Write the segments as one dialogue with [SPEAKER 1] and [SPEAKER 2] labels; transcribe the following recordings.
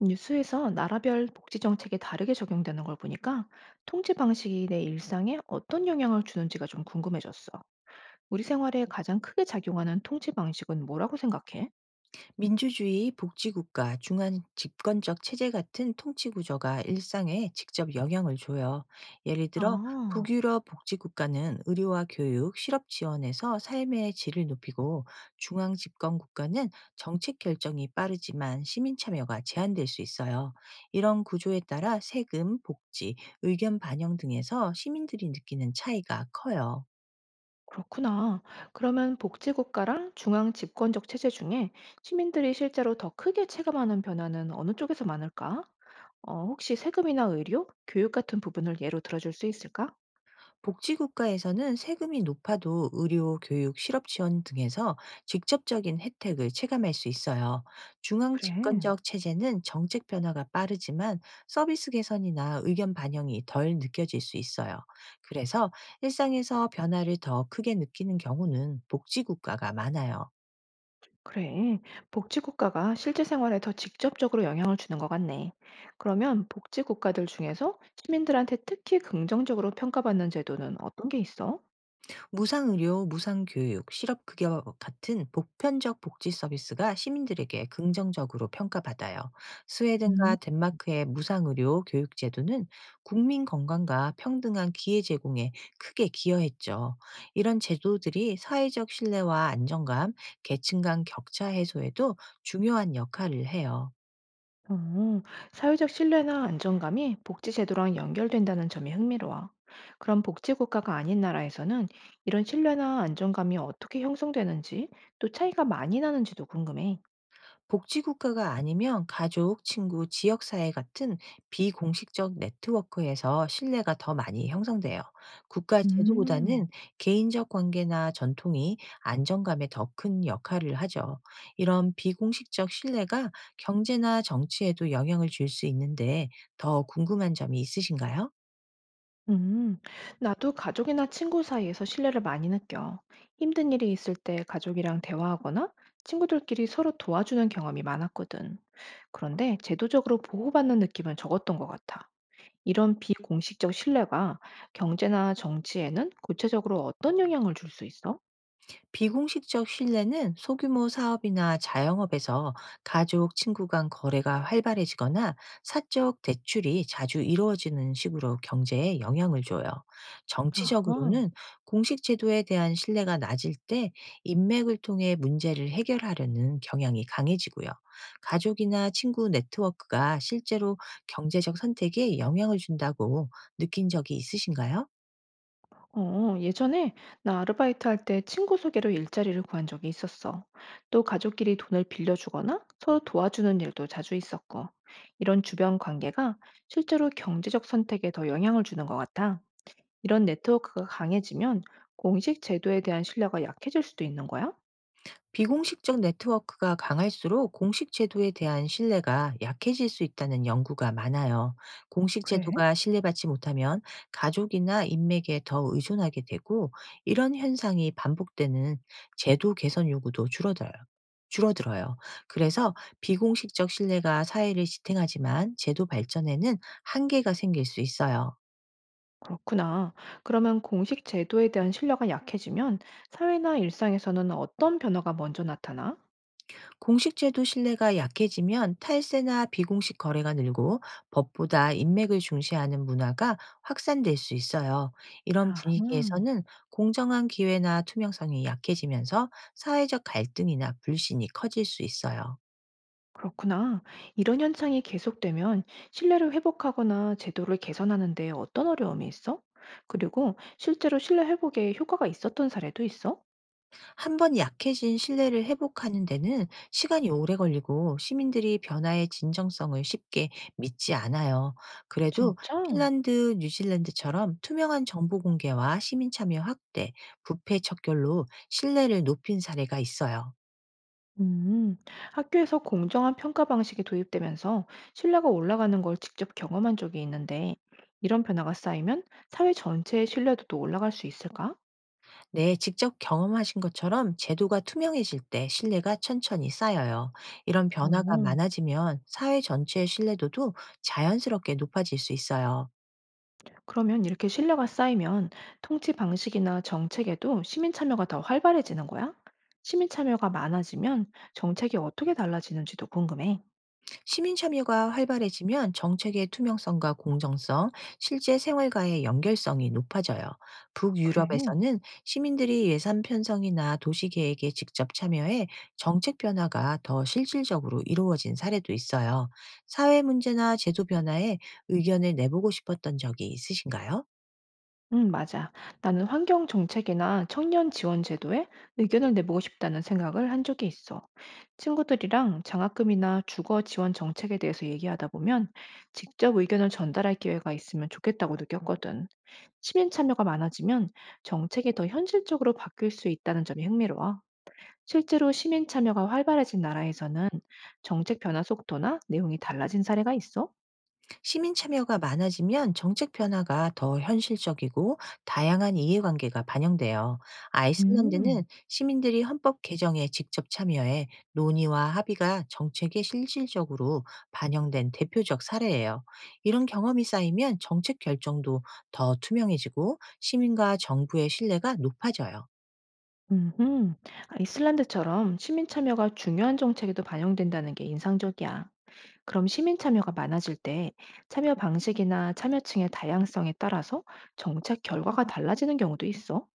[SPEAKER 1] 뉴스에서 나라별 복지 정책이 다르게 적용되는 걸 보니까 통제 방식이 내 일상에 어떤 영향을 주는지가 좀 궁금해졌어. 우리 생활에 가장 크게 작용하는 통제 방식은 뭐라고 생각해?
[SPEAKER 2] 민주주의, 복지국가, 중앙 집권적 체제 같은 통치 구조가 일상에 직접 영향을 줘요. 예를 들어
[SPEAKER 1] 아,
[SPEAKER 2] 북유럽 복지국가는 의료와 교육, 실업 지원에서 삶의 질을 높이고 중앙 집권 국가는 정책 결정이 빠르지만 시민 참여가 제한될 수 있어요. 이런 구조에 따라 세금, 복지, 의견 반영 등에서 시민들이 느끼는 차이가 커요.
[SPEAKER 1] 그렇구나. 그러면 복지국가랑 중앙 집권적 체제 중에 시민들이 실제로 더 크게 체감하는 변화는 어느 쪽에서 많을까? 어, 혹시 세금이나 의료, 교육 같은 부분을 예로 들어줄 수 있을까?
[SPEAKER 2] 복지국가에서는 세금이 높아도 의료, 교육, 실업 지원 등에서 직접적인 혜택을 체감할 수 있어요. 중앙
[SPEAKER 1] 그래.
[SPEAKER 2] 집권적 체제는 정책 변화가 빠르지만 서비스 개선이나 의견 반영이 덜 느껴질 수 있어요. 그래서 일상에서 변화를 더 크게 느끼는 경우는 복지국가가 많아요.
[SPEAKER 1] 그래. 복지국가가 실제 생활에 더 직접적으로 영향을 주는 것 같네. 그러면 복지국가들 중에서 시민들한테 특히 긍정적으로 평가받는 제도는 어떤 게 있어?
[SPEAKER 2] 무상의료, 무상교육, 실업급여 같은 보편적 복지 서비스가 시민들에게 긍정적으로 평가받아요.
[SPEAKER 1] 음.
[SPEAKER 2] 스웨덴과 덴마크의 무상의료 교육 제도는 국민 건강과 평등한 기회 제공에 크게 기여했죠. 이런 제도들이 사회적 신뢰와 안정감, 계층 간 격차 해소에도 중요한 역할을 해요.
[SPEAKER 1] 어, 사회적 신뢰나 안정감이 복지제도랑 연결된다는 점이 흥미로워. 그럼 복지국가가 아닌 나라에서는 이런 신뢰나 안정감이 어떻게 형성되는지 또 차이가 많이 나는지도 궁금해.
[SPEAKER 2] 복지국가가 아니면 가족, 친구, 지역사회 같은 비공식적 네트워크에서 신뢰가 더 많이 형성돼요. 국가 제도보다는
[SPEAKER 1] 음.
[SPEAKER 2] 개인적 관계나 전통이 안정감에 더 큰 역할을 하죠. 이런 비공식적 신뢰가 경제나 정치에도 영향을 줄 수 있는데 더 궁금한 점이 있으신가요?
[SPEAKER 1] 음, 나도 가족이나 친구 사이에서 신뢰를 많이 느껴. 힘든 일이 있을 때 가족이랑 대화하거나 친구들끼리 서로 도와주는 경험이 많았거든. 그런데 제도적으로 보호받는 느낌은 적었던 것 같아. 이런 비공식적 신뢰가 경제나 정치에는 구체적으로 어떤 영향을 줄 수 있어?
[SPEAKER 2] 비공식적 신뢰는 소규모 사업이나 자영업에서 가족, 친구 간 거래가 활발해지거나 사적 대출이 자주 이루어지는 식으로 경제에 영향을 줘요.
[SPEAKER 1] 아하.
[SPEAKER 2] 정치적으로는 공식 제도에 대한 신뢰가 낮을 때 인맥을 통해 문제를 해결하려는 경향이 강해지고요. 가족이나 친구 네트워크가 실제로 경제적 선택에 영향을 준다고 느낀 적이 있으신가요?
[SPEAKER 1] 어, 예전에 나 아르바이트 할 때 친구 소개로 일자리를 구한 적이 있었어. 또 가족끼리 돈을 빌려주거나 서로 도와주는 일도 자주 있었고, 이런 주변 관계가 실제로 경제적 선택에 더 영향을 주는 것 같아. 이런 네트워크가 강해지면 공식 제도에 대한 신뢰가 약해질 수도 있는 거야?
[SPEAKER 2] 비공식적 네트워크가 강할수록 공식 제도에 대한 신뢰가 약해질 수 있다는 연구가 많아요. 공식
[SPEAKER 1] 그래,
[SPEAKER 2] 제도가 신뢰받지 못하면 가족이나 인맥에 더 의존하게 되고 이런 현상이 반복되는 제도 개선 요구도 줄어들어요. 그래서 비공식적 신뢰가 사회를 지탱하지만 제도 발전에는 한계가 생길 수 있어요.
[SPEAKER 1] 그렇구나. 그러면 공식 제도에 대한 신뢰가 약해지면 사회나 일상에서는 어떤 변화가 먼저 나타나?
[SPEAKER 2] 공식 제도 신뢰가 약해지면 탈세나 비공식 거래가 늘고 법보다 인맥을 중시하는 문화가 확산될 수 있어요. 이런
[SPEAKER 1] 아하.
[SPEAKER 2] 분위기에서는 공정한 기회나 투명성이 약해지면서 사회적 갈등이나 불신이 커질 수 있어요.
[SPEAKER 1] 그렇구나. 이런 현상이 계속되면 신뢰를 회복하거나 제도를 개선하는데 어떤 어려움이 있어? 그리고 실제로 신뢰 회복에 효과가 있었던 사례도 있어?
[SPEAKER 2] 한 번 약해진 신뢰를 회복하는 데는 시간이 오래 걸리고 시민들이 변화의 진정성을 쉽게 믿지 않아요. 그래도
[SPEAKER 1] 진짜?
[SPEAKER 2] 핀란드, 뉴질랜드처럼 투명한 정보 공개와 시민 참여 확대, 부패 척결로 신뢰를 높인 사례가 있어요.
[SPEAKER 1] 음, 학교에서 공정한 평가 방식이 도입되면서 신뢰가 올라가는 걸 직접 경험한 적이 있는데, 이런 변화가 쌓이면 사회 전체의 신뢰도도 올라갈 수 있을까?
[SPEAKER 2] 네, 직접 경험하신 것처럼 제도가 투명해질 때 신뢰가 천천히 쌓여요. 이런 변화가
[SPEAKER 1] 어.
[SPEAKER 2] 많아지면 사회 전체의 신뢰도도 자연스럽게 높아질 수 있어요.
[SPEAKER 1] 그러면 이렇게 신뢰가 쌓이면 통치 방식이나 정책에도 시민 참여가 더 활발해지는 거야? 시민 참여가 많아지면 정책이 어떻게 달라지는지도 궁금해.
[SPEAKER 2] 시민 참여가 활발해지면 정책의 투명성과 공정성, 실제 생활과의 연결성이 높아져요.
[SPEAKER 1] 그래.
[SPEAKER 2] 북유럽에서는 시민들이 예산 편성이나 도시 계획에 직접 참여해 정책 변화가 더 실질적으로 이루어진 사례도 있어요. 사회 문제나 제도 변화에 의견을 내보고 싶었던 적이 있으신가요?
[SPEAKER 1] 응, 맞아. 나는 환경 정책이나 청년 지원 제도에 의견을 내보고 싶다는 생각을 한 적이 있어. 친구들이랑 장학금이나 주거 지원 정책에 대해서 얘기하다 보면 직접 의견을 전달할 기회가 있으면 좋겠다고 느꼈거든. 시민 참여가 많아지면 정책이 더 현실적으로 바뀔 수 있다는 점이 흥미로워. 실제로 시민 참여가 활발해진 나라에서는 정책 변화 속도나 내용이 달라진 사례가 있어?
[SPEAKER 2] 시민 참여가 많아지면 정책 변화가 더 현실적이고 다양한 이해관계가 반영돼요.
[SPEAKER 1] 음.
[SPEAKER 2] 아이슬란드는 시민들이 헌법 개정에 직접 참여해 논의와 합의가 정책에 실질적으로 반영된 대표적 사례예요. 이런 경험이 쌓이면 정책 결정도 더 투명해지고 시민과 정부의 신뢰가 높아져요.
[SPEAKER 1] 음, 이슬란드처럼 시민 참여가 중요한 정책에도 반영된다는 게 인상적이야. 그럼 시민 참여가 많아질 때 참여 방식이나 참여층의 다양성에 따라서 정책 결과가 달라지는 경우도 있어?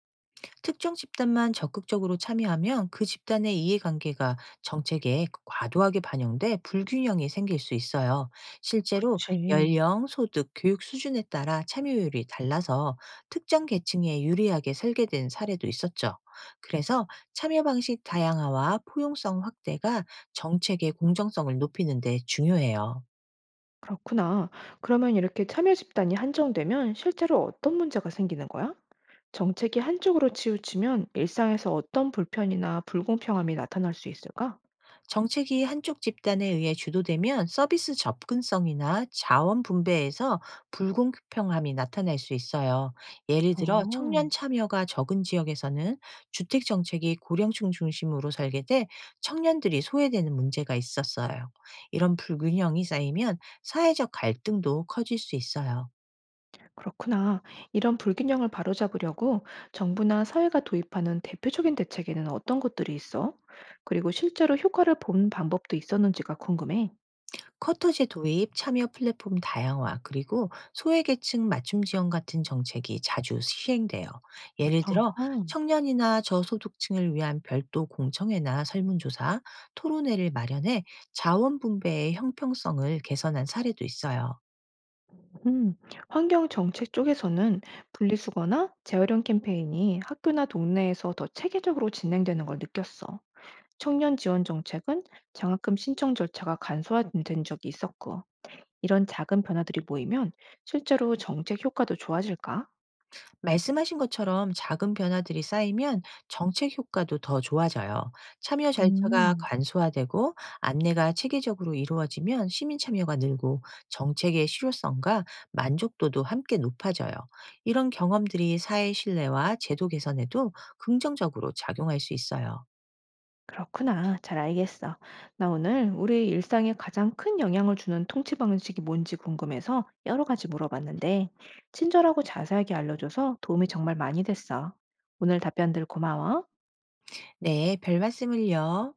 [SPEAKER 2] 특정 집단만 적극적으로 참여하면 그 집단의 이해관계가 정책에 과도하게 반영돼 불균형이 생길 수 있어요. 실제로
[SPEAKER 1] 그치.
[SPEAKER 2] 연령, 소득, 교육 수준에 따라 참여율이 달라서 특정 계층에 유리하게 설계된 사례도 있었죠. 그래서 참여 방식 다양화와 포용성 확대가 정책의 공정성을 높이는 데 중요해요.
[SPEAKER 1] 그렇구나. 그러면 이렇게 참여 집단이 한정되면 실제로 어떤 문제가 생기는 거야? 정책이 한쪽으로 치우치면 일상에서 어떤 불편이나 불공평함이 나타날 수 있을까?
[SPEAKER 2] 정책이 한쪽 집단에 의해 주도되면 서비스 접근성이나 자원 분배에서 불공평함이 나타날 수 있어요. 예를
[SPEAKER 1] 어,
[SPEAKER 2] 들어 청년 참여가 적은 지역에서는 주택 정책이 고령층 중심으로 설계돼 청년들이 소외되는 문제가 있었어요. 이런 불균형이 쌓이면 사회적 갈등도 커질 수 있어요.
[SPEAKER 1] 그렇구나. 이런 불균형을 바로잡으려고 정부나 사회가 도입하는 대표적인 대책에는 어떤 것들이 있어? 그리고 실제로 효과를 본 방법도 있었는지가 궁금해.
[SPEAKER 2] 커터제 도입, 참여 플랫폼 다양화, 그리고 소외계층 맞춤 지원 같은 정책이 자주 시행돼요. 예를 들어
[SPEAKER 1] 어허.
[SPEAKER 2] 청년이나 저소득층을 위한 별도 공청회나 설문조사, 토론회를 마련해 자원 분배의 형평성을 개선한 사례도 있어요.
[SPEAKER 1] 음, 환경 정책 쪽에서는 분리수거나 재활용 캠페인이 학교나 동네에서 더 체계적으로 진행되는 걸 느꼈어. 청년 지원 정책은 장학금 신청 절차가 간소화된 적이 있었고, 이런 작은 변화들이 모이면 실제로 정책 효과도 좋아질까?
[SPEAKER 2] 말씀하신 것처럼 작은 변화들이 쌓이면 정책 효과도 더 좋아져요. 참여 절차가
[SPEAKER 1] 음.
[SPEAKER 2] 간소화되고 안내가 체계적으로 이루어지면 시민 참여가 늘고 정책의 실효성과 만족도도 함께 높아져요. 이런 경험들이 사회 신뢰와 제도 개선에도 긍정적으로 작용할 수 있어요.
[SPEAKER 1] 그렇구나. 잘 알겠어. 나 오늘 우리 일상에 가장 큰 영향을 주는 통치 방식이 뭔지 궁금해서 여러 가지 물어봤는데, 친절하고 자세하게 알려줘서 도움이 정말 많이 됐어. 오늘 답변들 고마워.
[SPEAKER 2] 네, 별 말씀을요.